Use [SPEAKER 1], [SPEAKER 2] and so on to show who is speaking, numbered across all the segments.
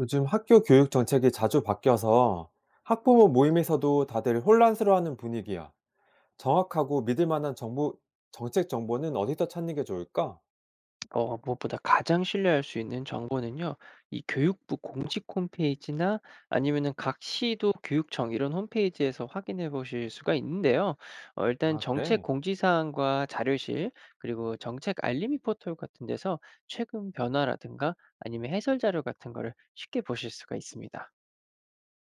[SPEAKER 1] 요즘 학교 교육 정책이 자주 바뀌어서 학부모 모임에서도 다들 혼란스러워하는 분위기야. 정확하고 믿을 만한 정보, 정책 정보는 어디서 찾는 게 좋을까?
[SPEAKER 2] 무엇보다 가장 신뢰할 수 있는 정보는요. 이 교육부 공식 홈페이지나 아니면은 각 시도 교육청 이런 홈페이지에서 확인해 보실 수가 있는데요. 일단
[SPEAKER 1] 아,
[SPEAKER 2] 정책
[SPEAKER 1] 그래?
[SPEAKER 2] 공지 사항과 자료실 그리고 정책 알림이 포털 같은 데서 최근 변화라든가 아니면 해설 자료 같은 거를 쉽게 보실 수가 있습니다.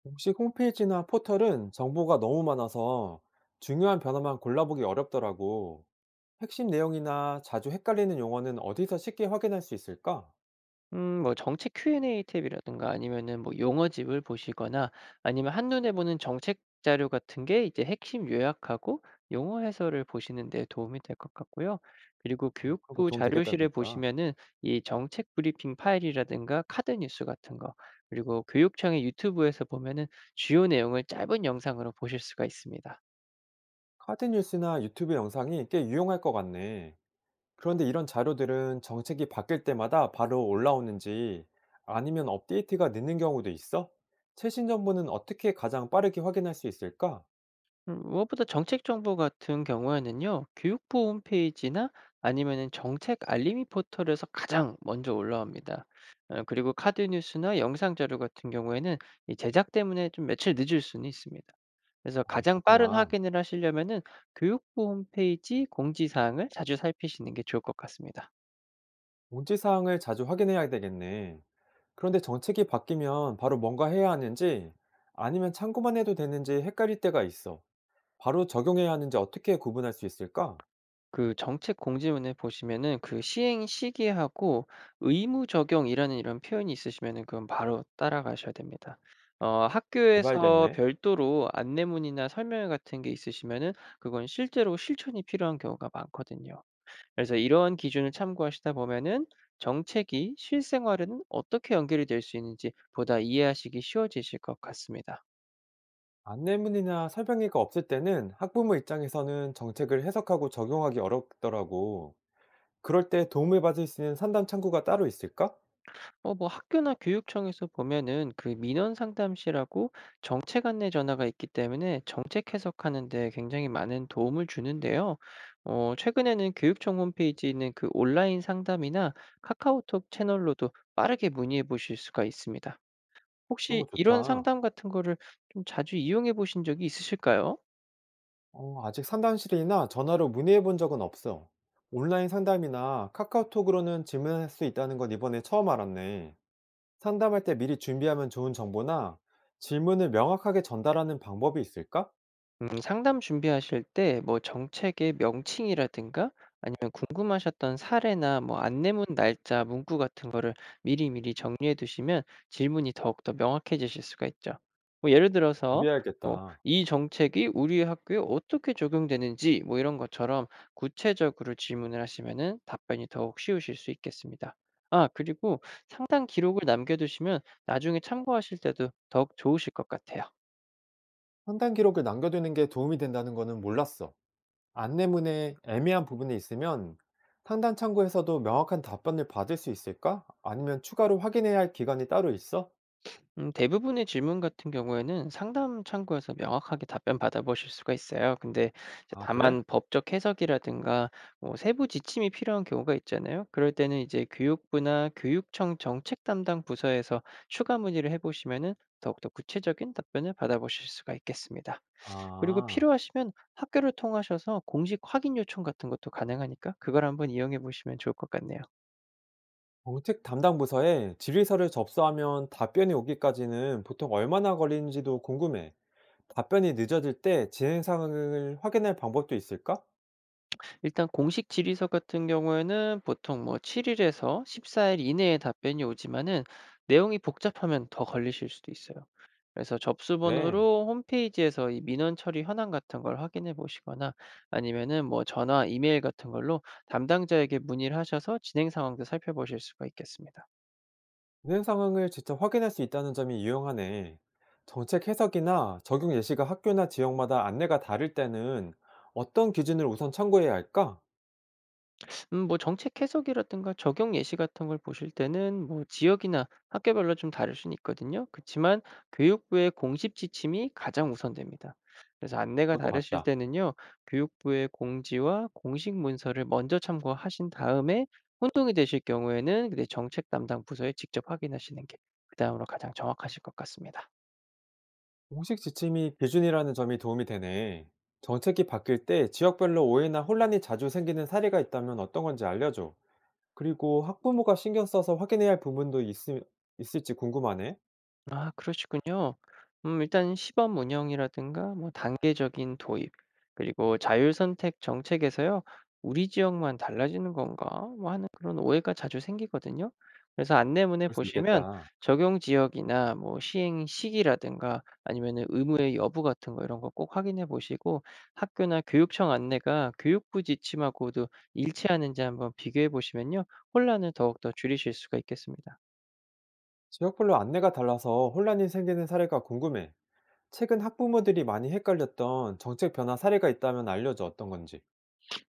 [SPEAKER 1] 혹시 홈페이지나 포털은 정보가 너무 많아서 중요한 변화만 골라보기 어렵더라고. 핵심 내용이나 자주 헷갈리는 용어는 어디서 쉽게 확인할 수 있을까?
[SPEAKER 2] 뭐 정책 Q&A 탭이라든가 아니면은 뭐 용어집을 보시거나 아니면 한눈에 보는 정책 자료 같은 게 이제 핵심 요약하고 용어 해설을 보시는 데 도움이 될 것 같고요. 그리고
[SPEAKER 1] 그런 거
[SPEAKER 2] 교육부
[SPEAKER 1] 도움 되겠다,
[SPEAKER 2] 자료실에
[SPEAKER 1] 진짜.
[SPEAKER 2] 보시면은 이 정책 브리핑 파일이라든가 카드 뉴스 같은 거, 그리고 교육청의 유튜브에서 보면은 주요 내용을 짧은 영상으로 보실 수가 있습니다.
[SPEAKER 1] 카드 뉴스나 유튜브 영상이 꽤 유용할 것 같네. 그런데 이런 자료들은 정책이 바뀔 때마다 바로 올라오는지 아니면 업데이트가 늦는 경우도 있어? 최신 정보는 어떻게 가장 빠르게 확인할 수 있을까?
[SPEAKER 2] 무엇보다 정책 정보 같은 경우에는요, 교육부 홈페이지나 아니면은 정책 알림이 포털에서 가장 먼저 올라옵니다. 그리고 카드 뉴스나 영상 자료 같은 경우에는 이 제작 때문에 좀 며칠 늦을 수는 있습니다. 그래서
[SPEAKER 1] 아,
[SPEAKER 2] 가장 빠른
[SPEAKER 1] 그렇구나.
[SPEAKER 2] 확인을 하시려면은 교육부 홈페이지 공지사항을 자주 살피시는 게 좋을 것 같습니다.
[SPEAKER 1] 공지 사항을 자주 확인해야 되겠네. 그런데 정책이 바뀌면 바로 뭔가 해야 하는지 아니면 참고만 해도 되는지 헷갈릴 때가 있어. 바로 적용해야 하는지 어떻게 구분할 수 있을까?
[SPEAKER 2] 그 정책 공지문에 보시면은 그 시행 시기하고 의무 적용이라는 이런 표현이 있으시면은 그건 바로 따라가셔야 됩니다.
[SPEAKER 1] 잘
[SPEAKER 2] 학교에서
[SPEAKER 1] 봐야겠네.
[SPEAKER 2] 별도로 안내문이나 설명회 같은 게 있으시면은 그건 실제로 실천이 필요한 경우가 많거든요. 그래서 이러한 기준을 참고하시다 보면은 정책이 실생활에는 어떻게 연결이 될 수 있는지 보다 이해하시기 쉬워지실 것 같습니다.
[SPEAKER 1] 안내문이나 설명회가 없을 때는 학부모 입장에서는 정책을 해석하고 적용하기 어렵더라고. 그럴 때 도움을 받을 수 있는 상담 창구가 따로 있을까?
[SPEAKER 2] 뭐 학교나 교육청에서 보면은 그 민원 상담실하고 정책 안내 전화가 있기 때문에 정책 해석하는 데 굉장히 많은 도움을 주는데요. 최근에는 교육청 홈페이지에 있는 그 온라인 상담이나 카카오톡 채널로도 빠르게 문의해 보실 수가 있습니다.
[SPEAKER 1] 그런
[SPEAKER 2] 혹시
[SPEAKER 1] 거
[SPEAKER 2] 이런
[SPEAKER 1] 좋다.
[SPEAKER 2] 상담 같은 거를 좀 자주 이용해 보신 적이 있으실까요?
[SPEAKER 1] 어, 아직 상담실이나 전화로 문의해 본 적은 없어. 온라인 상담이나 카카오톡으로는 질문할 수 있다는 건 이번에 처음 알았네. 상담할 때 미리 준비하면 좋은 정보나 질문을 명확하게 전달하는 방법이 있을까?
[SPEAKER 2] 상담 준비하실 때 뭐 정책의 명칭이라든가 아니면 궁금하셨던 사례나 뭐 안내문 날짜, 문구 같은 거를 미리미리 정리해 두시면 질문이 더욱더 명확해지실 수가 있죠. 뭐 예를 들어서 뭐
[SPEAKER 1] 준비해야겠다.
[SPEAKER 2] 이 정책이 우리 학교에 어떻게 적용되는지 뭐 이런 것처럼 구체적으로 질문을 하시면은 답변이 더욱 쉬우실 수 있겠습니다. 아, 그리고 상담 기록을 남겨두시면 나중에 참고하실 때도 더욱 좋으실 것 같아요.
[SPEAKER 1] 상담 기록을 남겨두는 게 도움이 된다는 거는 몰랐어. 안내문에 애매한 부분이 있으면 상담 창구에서도 명확한 답변을 받을 수 있을까? 아니면 추가로 확인해야 할 기간이 따로 있어?
[SPEAKER 2] 대부분의 질문 같은 경우에는 상담 창구에서 명확하게 답변 받아보실 수가 있어요. 근데 이제
[SPEAKER 1] 아 그래?
[SPEAKER 2] 다만 법적 해석이라든가 뭐 세부 지침이 필요한 경우가 있잖아요. 그럴 때는 이제 교육부나 교육청 정책 담당 부서에서 추가 문의를 해보시면은 더욱더 구체적인 답변을 받아보실 수가 있겠습니다. 그리고
[SPEAKER 1] 아.
[SPEAKER 2] 필요하시면 학교를 통하셔서 공식 확인 요청 같은 것도 가능하니까 그걸 한번 이용해 보시면 좋을 것 같네요.
[SPEAKER 1] 정책 담당 부서에 질의서를 접수하면 답변이 오기까지는 보통 얼마나 걸리는지도 궁금해. 답변이 늦어질 때 진행 상황을 확인할 방법도 있을까?
[SPEAKER 2] 일단 공식 질의서 같은 경우에는 보통 뭐 7 일에서 14일 이내에 답변이 오지만은 내용이 복잡하면 더 걸리실 수도 있어요. 그래서 접수
[SPEAKER 1] 네.
[SPEAKER 2] 번호로 홈페이지에서 이 민원 처리 현황 같은 걸 확인해 보시거나 아니면은 뭐 전화, 이메일 같은 걸로 담당자에게 문의를 하셔서 진행 상황도 살펴보실 수가 있겠습니다.
[SPEAKER 1] 진행 상황을 직접 확인할 수 있다는 점이 유용하네. 정책 해석이나 적용 예시가 학교나 지역마다 안내가 다를 때는 어떤 기준을 우선 참고해야 할까?
[SPEAKER 2] 뭐 정책 해석이라든가 적용 예시 같은 걸 보실 때는 뭐 지역이나 학교별로 좀 다를 수는 있거든요. 그렇지만 교육부의 공식 지침이 가장 우선됩니다. 그래서 안내가
[SPEAKER 1] 그럴 것
[SPEAKER 2] 다르실
[SPEAKER 1] 같다.
[SPEAKER 2] 때는요, 교육부의 공지와 공식 문서를 먼저 참고하신 다음에 혼동이 되실 경우에는 그때 정책 담당 부서에 직접 확인하시는 게 그다음으로 가장 정확하실 것 같습니다.
[SPEAKER 1] 공식 지침이 기준이라는 점이 도움이 되네. 정책이 바뀔 때 지역별로 오해나 혼란이 자주 생기는 사례가 있다면 어떤 건지 알려줘. 그리고 학부모가 신경 써서 확인해야 할 부분도 있을지 궁금하네.
[SPEAKER 2] 아, 그러시군요. 일단 시범 운영이라든가 뭐 단계적인 도입, 그리고 자율 선택 정책에서요, '우리 지역만 달라지는 건가?' 뭐 하는 그런 오해가 자주 생기거든요. 그래서 안내문에
[SPEAKER 1] 그럴 수
[SPEAKER 2] 보시면
[SPEAKER 1] 있겠다.
[SPEAKER 2] 적용 지역이나 뭐 시행 시기라든가 아니면은 의무의 여부 같은 거, 이런 거 꼭 확인해 보시고 학교나 교육청 안내가 교육부 지침하고도 일치하는지 한번 비교해 보시면요, 혼란을 더욱더 줄이실 수가 있겠습니다.
[SPEAKER 1] 지역별로 안내가 달라서 혼란이 생기는 사례가 궁금해. 최근 학부모들이 많이 헷갈렸던 정책 변화 사례가 있다면 알려줘 어떤 건지.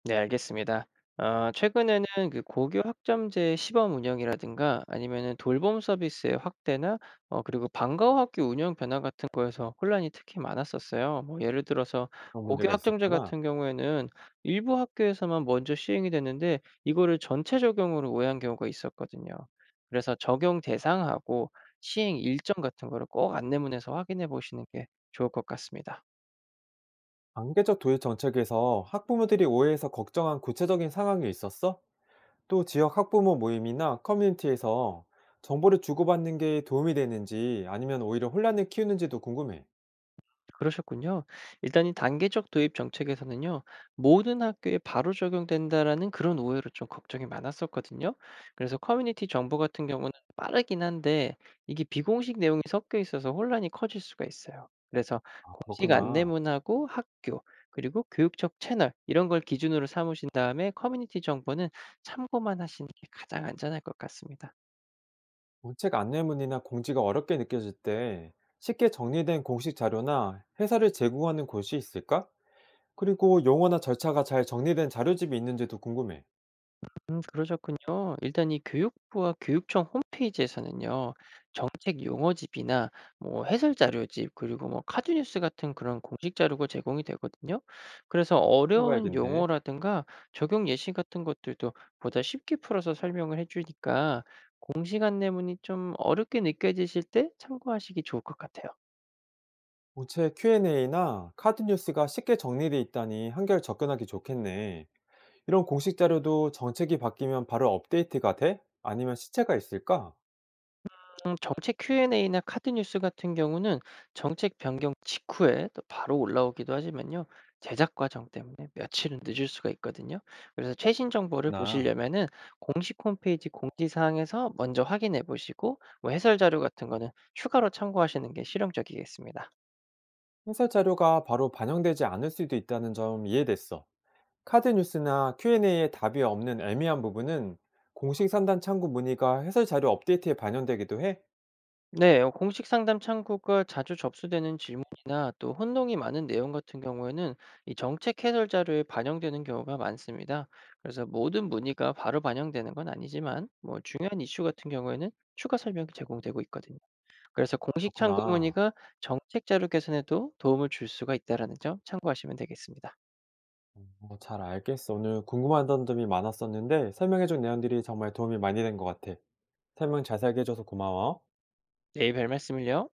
[SPEAKER 2] 네, 알겠습니다. 아, 최근에는 그 고교 학점제 시범 운영이라든가 아니면은 돌봄 서비스의 확대나 그리고 방과후 학교 운영 변화 같은 거에서 혼란이 특히 많았었어요. 뭐 예를 들어서
[SPEAKER 1] 그런
[SPEAKER 2] 고교
[SPEAKER 1] 문제가
[SPEAKER 2] 학점제
[SPEAKER 1] 있었구나.
[SPEAKER 2] 같은 경우에는 일부 학교에서만 먼저 시행이 됐는데 이거를 전체 적용으로 오해한 경우가 있었거든요. 그래서 적용 대상하고 시행 일정 같은 거를 꼭 안내문에서 확인해 보시는 게 좋을 것 같습니다.
[SPEAKER 1] 단계적 도입 정책에서 학부모들이 오해해서 걱정한 구체적인 상황이 있었어? 또 지역 학부모 모임이나 커뮤니티에서 정보를 주고받는 게 도움이 되는지 아니면 오히려 혼란을 키우는지도 궁금해.
[SPEAKER 2] 그러셨군요. 일단 이 단계적 도입 정책에서는요, 모든 학교에 바로 적용된다라는 그런 오해로 좀 걱정이 많았었거든요. 그래서 커뮤니티 정보 같은 경우는 빠르긴 한데, 이게 비공식 내용이 섞여 있어서 혼란이 커질 수가 있어요. 그래서
[SPEAKER 1] 아,
[SPEAKER 2] 공식
[SPEAKER 1] 그렇구나.
[SPEAKER 2] 안내문하고 학교, 그리고 교육적 채널, 이런 걸 기준으로 삼으신 다음에 커뮤니티 정보는 참고만 하시는 게 가장 안전할 것 같습니다.
[SPEAKER 1] 책 안내문이나 공지가 어렵게 느껴질 때 쉽게 정리된 공식 자료나 해설을 제공하는 곳이 있을까? 그리고 용어나 절차가 잘 정리된 자료집이 있는지도 궁금해.
[SPEAKER 2] 그러셨군요. 일단 이 교육부와 교육청 홈페이지에서는요, 정책 용어집이나 뭐 해설 자료집, 그리고 뭐 카드 뉴스 같은 그런 공식 자료가 제공이 되거든요. 그래서 어려운
[SPEAKER 1] 찾아봐야겠네.
[SPEAKER 2] 용어라든가 적용 예시 같은 것들도 보다 쉽게 풀어서 설명을 해 주니까 공식 안내문이 좀 어렵게 느껴지실 때 참고하시기 좋을 것 같아요.
[SPEAKER 1] 공책 Q&A나 카드 뉴스가 쉽게 정리돼 있다니 한결 접근하기 좋겠네. 이런 공식 자료도 정책이 바뀌면 바로 업데이트가 돼? 아니면 시체가 있을까?
[SPEAKER 2] 정책 Q&A나 카드 뉴스 같은 경우는 정책 변경 직후에 또 바로 올라오기도 하지만요, 제작 과정 때문에 며칠은 늦을 수가 있거든요. 그래서 최신 정보를
[SPEAKER 1] 그렇구나.
[SPEAKER 2] 보시려면은 공식 홈페이지 공지사항에서 먼저 확인해 보시고 뭐 해설 자료 같은 거는 추가로 참고하시는 게 실용적이겠습니다.
[SPEAKER 1] 행사 자료가 바로 반영되지 않을 수도 있다는 점 이해됐어. 카드 뉴스나 Q&A에 답이 없는 애매한 부분은 공식 상단 창구 문의가 해설 자료 업데이트에 반영되기도 해?
[SPEAKER 2] 네. 공식 상담 창구가 자주 접수되는 질문이나 또 혼동이 많은 내용 같은 경우에는 이 정책 해설 자료에 반영되는 경우가 많습니다. 그래서 모든 문의가 바로 반영되는 건 아니지만 뭐 중요한 이슈 같은 경우에는 추가 설명이 제공되고 있거든요. 그래서 공식 창구
[SPEAKER 1] 그렇구나.
[SPEAKER 2] 문의가 정책 자료 개선에도 도움을 줄 수가 있다라는 점 참고하시면 되겠습니다.
[SPEAKER 1] 어, 잘 알겠어. 오늘 궁금하던 점이 많았었는데 설명해준 내용들이 정말 도움이 많이 된 것 같아. 설명 잘 살게 해줘서 고마워.
[SPEAKER 2] 네, 별말씀을요.